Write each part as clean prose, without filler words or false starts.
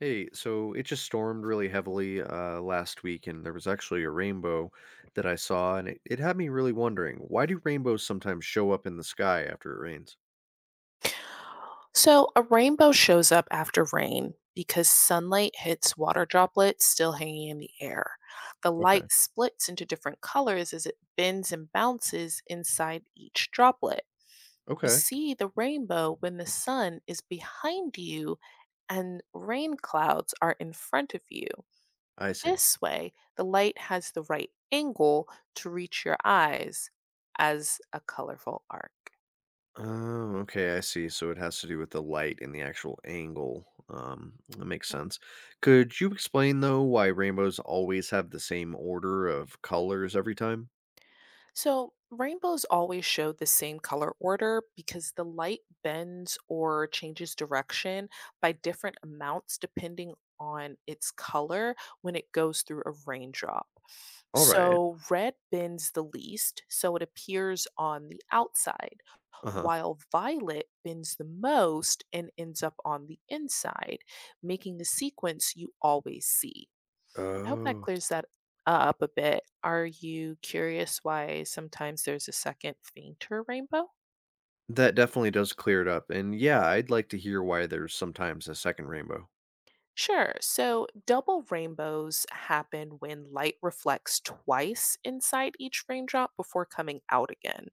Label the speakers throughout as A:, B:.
A: Hey, so it just stormed really heavily last week, and there was actually a rainbow that I saw, and it had me really wondering, why do rainbows sometimes show up in the sky after it rains?
B: So, a rainbow shows up after rain because sunlight hits water droplets still hanging in the air. The light
A: Okay,
B: splits into different colors as it bends and bounces inside each droplet. You
A: okay,
B: see the rainbow when the sun is behind you and rain clouds are in front of you.
A: I see.
B: This way, the light has the right angle to reach your eyes as a colorful arc.
A: Oh, okay, I see. So it has to do with the light and the actual angle. That makes sense. Could you explain though why rainbows always have the same order of colors every time?
B: So, rainbows always show the same color order because the light bends or changes direction by different amounts depending on its color when it goes through a raindrop.
A: All right.
B: So, red bends the least, so it appears on the outside,
A: Uh huh.
B: while violet bends the most and ends up on the inside, making the sequence you always see. I hope that
A: Oh.
B: clears that up a bit. Are you curious why sometimes there's a second, fainter rainbow?
A: That definitely does clear it up, and yeah, I'd like to hear why there's sometimes a second rainbow.
B: Sure. So, double rainbows happen when light reflects twice inside each raindrop before coming out again.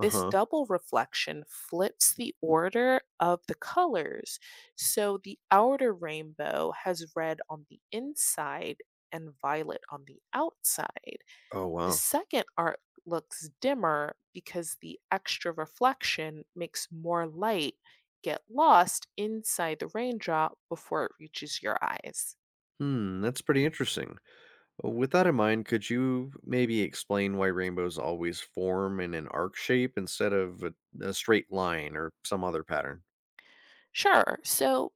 B: This double reflection flips the order of the colors. So, the outer rainbow has red on the inside and violet on the outside.
A: Oh, wow.
B: Second art looks dimmer because the extra reflection makes more light get lost inside the raindrop before it reaches your eyes.
A: Hmm, that's pretty interesting. With that in mind, could you maybe explain why rainbows always form in an arc shape instead of a straight line or some other pattern?
B: Sure, so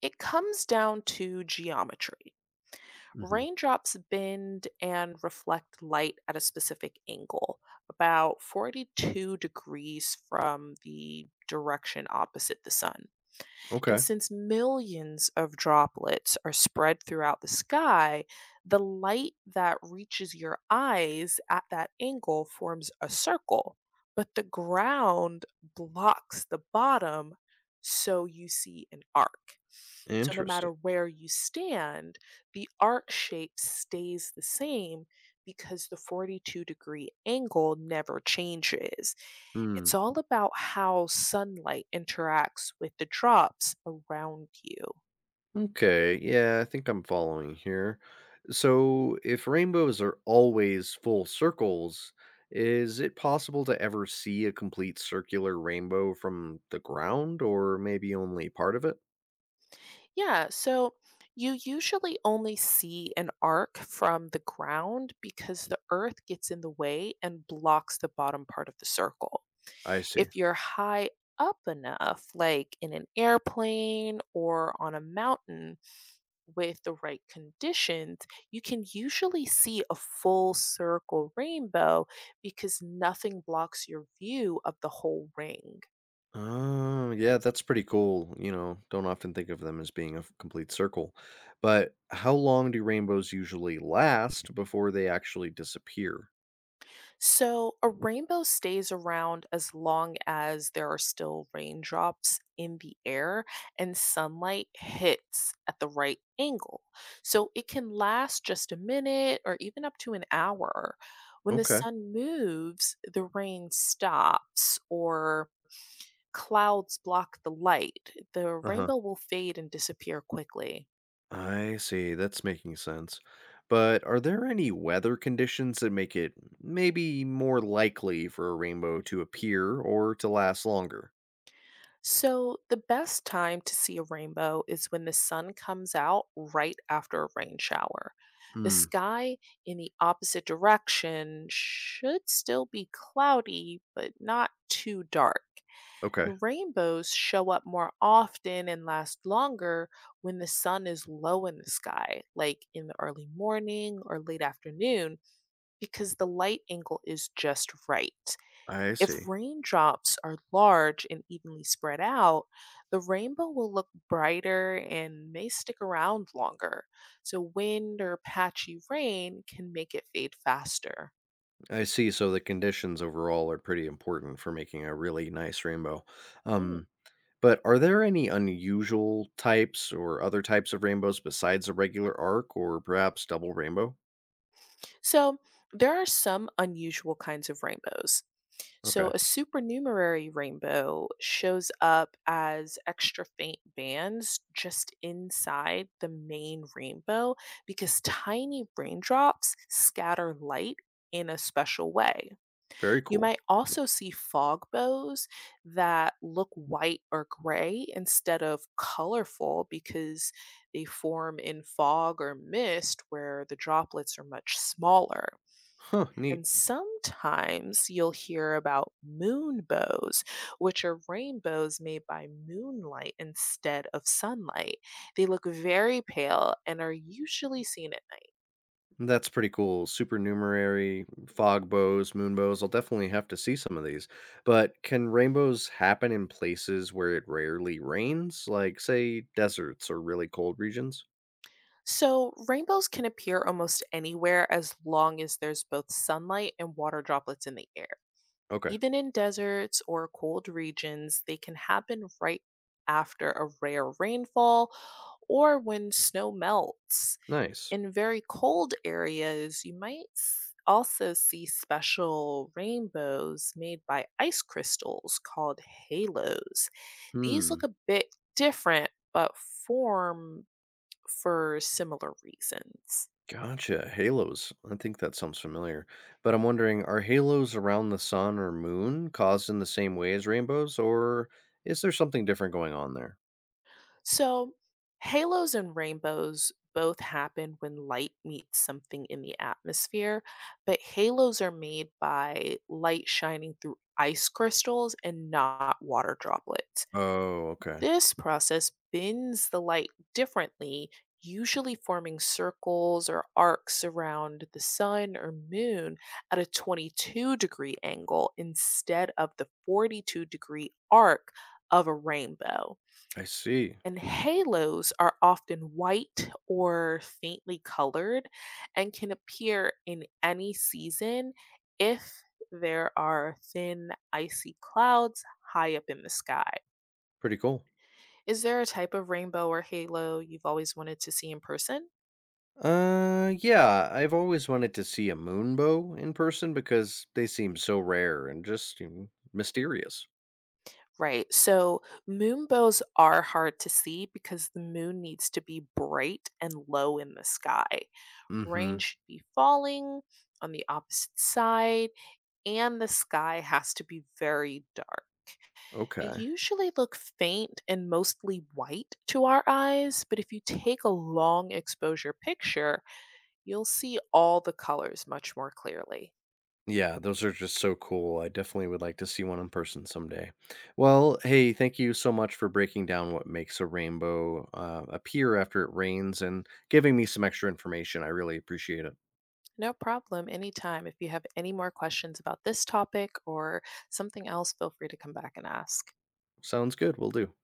B: it comes down to geometry.
A: Hmm.
B: Raindrops bend and reflect light at a specific angle, about 42 degrees from the direction opposite the sun. And
A: Okay,
B: since millions of droplets are spread throughout the sky, the light that reaches your eyes at that angle forms a circle, but the ground blocks the bottom, so you see an arc. So, no
A: interesting.
B: matter where you stand, the arc shape stays the same because the 42-degree angle never changes.
A: Hmm.
B: It's all about how sunlight interacts with the drops around you.
A: Okay, yeah, I think I'm following here. So, if rainbows are always full circles, is it possible to ever see a complete circular rainbow from the ground, or maybe only part of it?
B: Yeah, so you usually only see an arc from the ground because the earth gets in the way and blocks the bottom part of the circle.
A: I see.
B: If you're high up enough, like in an airplane or on a mountain, with the right conditions, you can usually see a full circle rainbow because nothing blocks your view of the whole ring.
A: Oh, yeah, that's pretty cool. You know, don't often think of them as being complete circle. But how long do rainbows usually last before they actually disappear?
B: So, a rainbow stays around as long as there are still raindrops in the air and sunlight hits at the right angle. So, it can last just a minute or even up to an hour. When the
A: Okay.
B: sun moves, the rain stops or clouds block the light, the
A: Uh huh.
B: rainbow will fade and disappear quickly.
A: I see. That's making sense. But are there any weather conditions that make it maybe more likely for a rainbow to appear or to last longer?
B: So, the best time to see a rainbow is when the sun comes out right after a rain shower. The
A: Hmm.
B: sky in the opposite direction should still be cloudy, but not too dark.
A: Okay.
B: And rainbows show up more often and last longer when the sun is low in the sky, like in the early morning or late afternoon, because the light angle is just right.
A: I
B: If
A: see.
B: raindrops are large and evenly spread out, the rainbow will look brighter and may stick around longer. So, wind or patchy rain can make it fade faster.
A: I see. So the conditions overall are pretty important for making a really nice rainbow.
B: Mm.
A: Um, but are there any unusual types or other types of rainbows besides a regular arc or perhaps double rainbow?
B: So, there are some unusual kinds of rainbows. So,
A: Okay.
B: a supernumerary rainbow shows up as extra faint bands just inside the main rainbow because tiny raindrops scatter light in a special way.
A: Very
B: You
A: cool.
B: might also see fog bows that look white or gray instead of colorful because they form in fog or mist where the droplets are much smaller.
A: Huh. Neat.
B: And sometimes you'll hear about moon bows, which are rainbows made by moonlight instead of sunlight. They look very pale and are usually seen at night.
A: That's pretty cool. Supernumerary, fog bows, moon bows. I'll definitely have to see some of these. But can rainbows happen in places where it rarely rains, like, say, deserts or really cold regions?
B: So, rainbows can appear almost anywhere as long as there's both sunlight and water droplets in the air.
A: Okay,
B: Even in deserts or cold regions, they can happen right after a rare rainfall or when snow melts.
A: nice.
B: In very cold areas, you might s- also see special rainbows made by ice crystals called halos. These look
A: Hmm,
B: a bit different, but form for similar reasons.
A: gotcha. Halos. I think that sounds familiar. But I'm wondering, are halos around the sun or moon caused in the same way as rainbows, or is there something different going on there?
B: So, halos and rainbows both happen when light meets something in the atmosphere, but halos are made by light shining through ice crystals and not water droplets.
A: Oh, okay.
B: This process bends the light differently, usually forming circles or arcs around the sun or moon at a 22-degree angle instead of the 42-degree arc of a rainbow.
A: I see.
B: And halos are often white or faintly colored and can appear in any season if there are thin, icy clouds high up in the sky.
A: Pretty cool.
B: Is there a type of rainbow or halo you've always wanted to see in person?
A: Yeah, I've always wanted to see a moonbow in person because they seem so rare and just, you know, mysterious.
B: Right. So moonbows are hard to see because the moon needs to be bright and low in the sky.
A: Mm-hmm.
B: Rain should be falling on the opposite side, and the sky has to be very dark. They
A: Okay.
B: usually look faint and mostly white to our eyes, but if you take a long exposure picture, you'll see all the colors much more clearly.
A: Yeah, those are just so cool. I definitely would like to see one in person someday. Well, hey, thank you so much for breaking down what makes a rainbow appear after it rains and giving me some extra information. I really appreciate it.
B: No problem. Anytime. If you have any more questions about this topic or something else, feel free to come back and ask.
A: Sounds good. We'll do.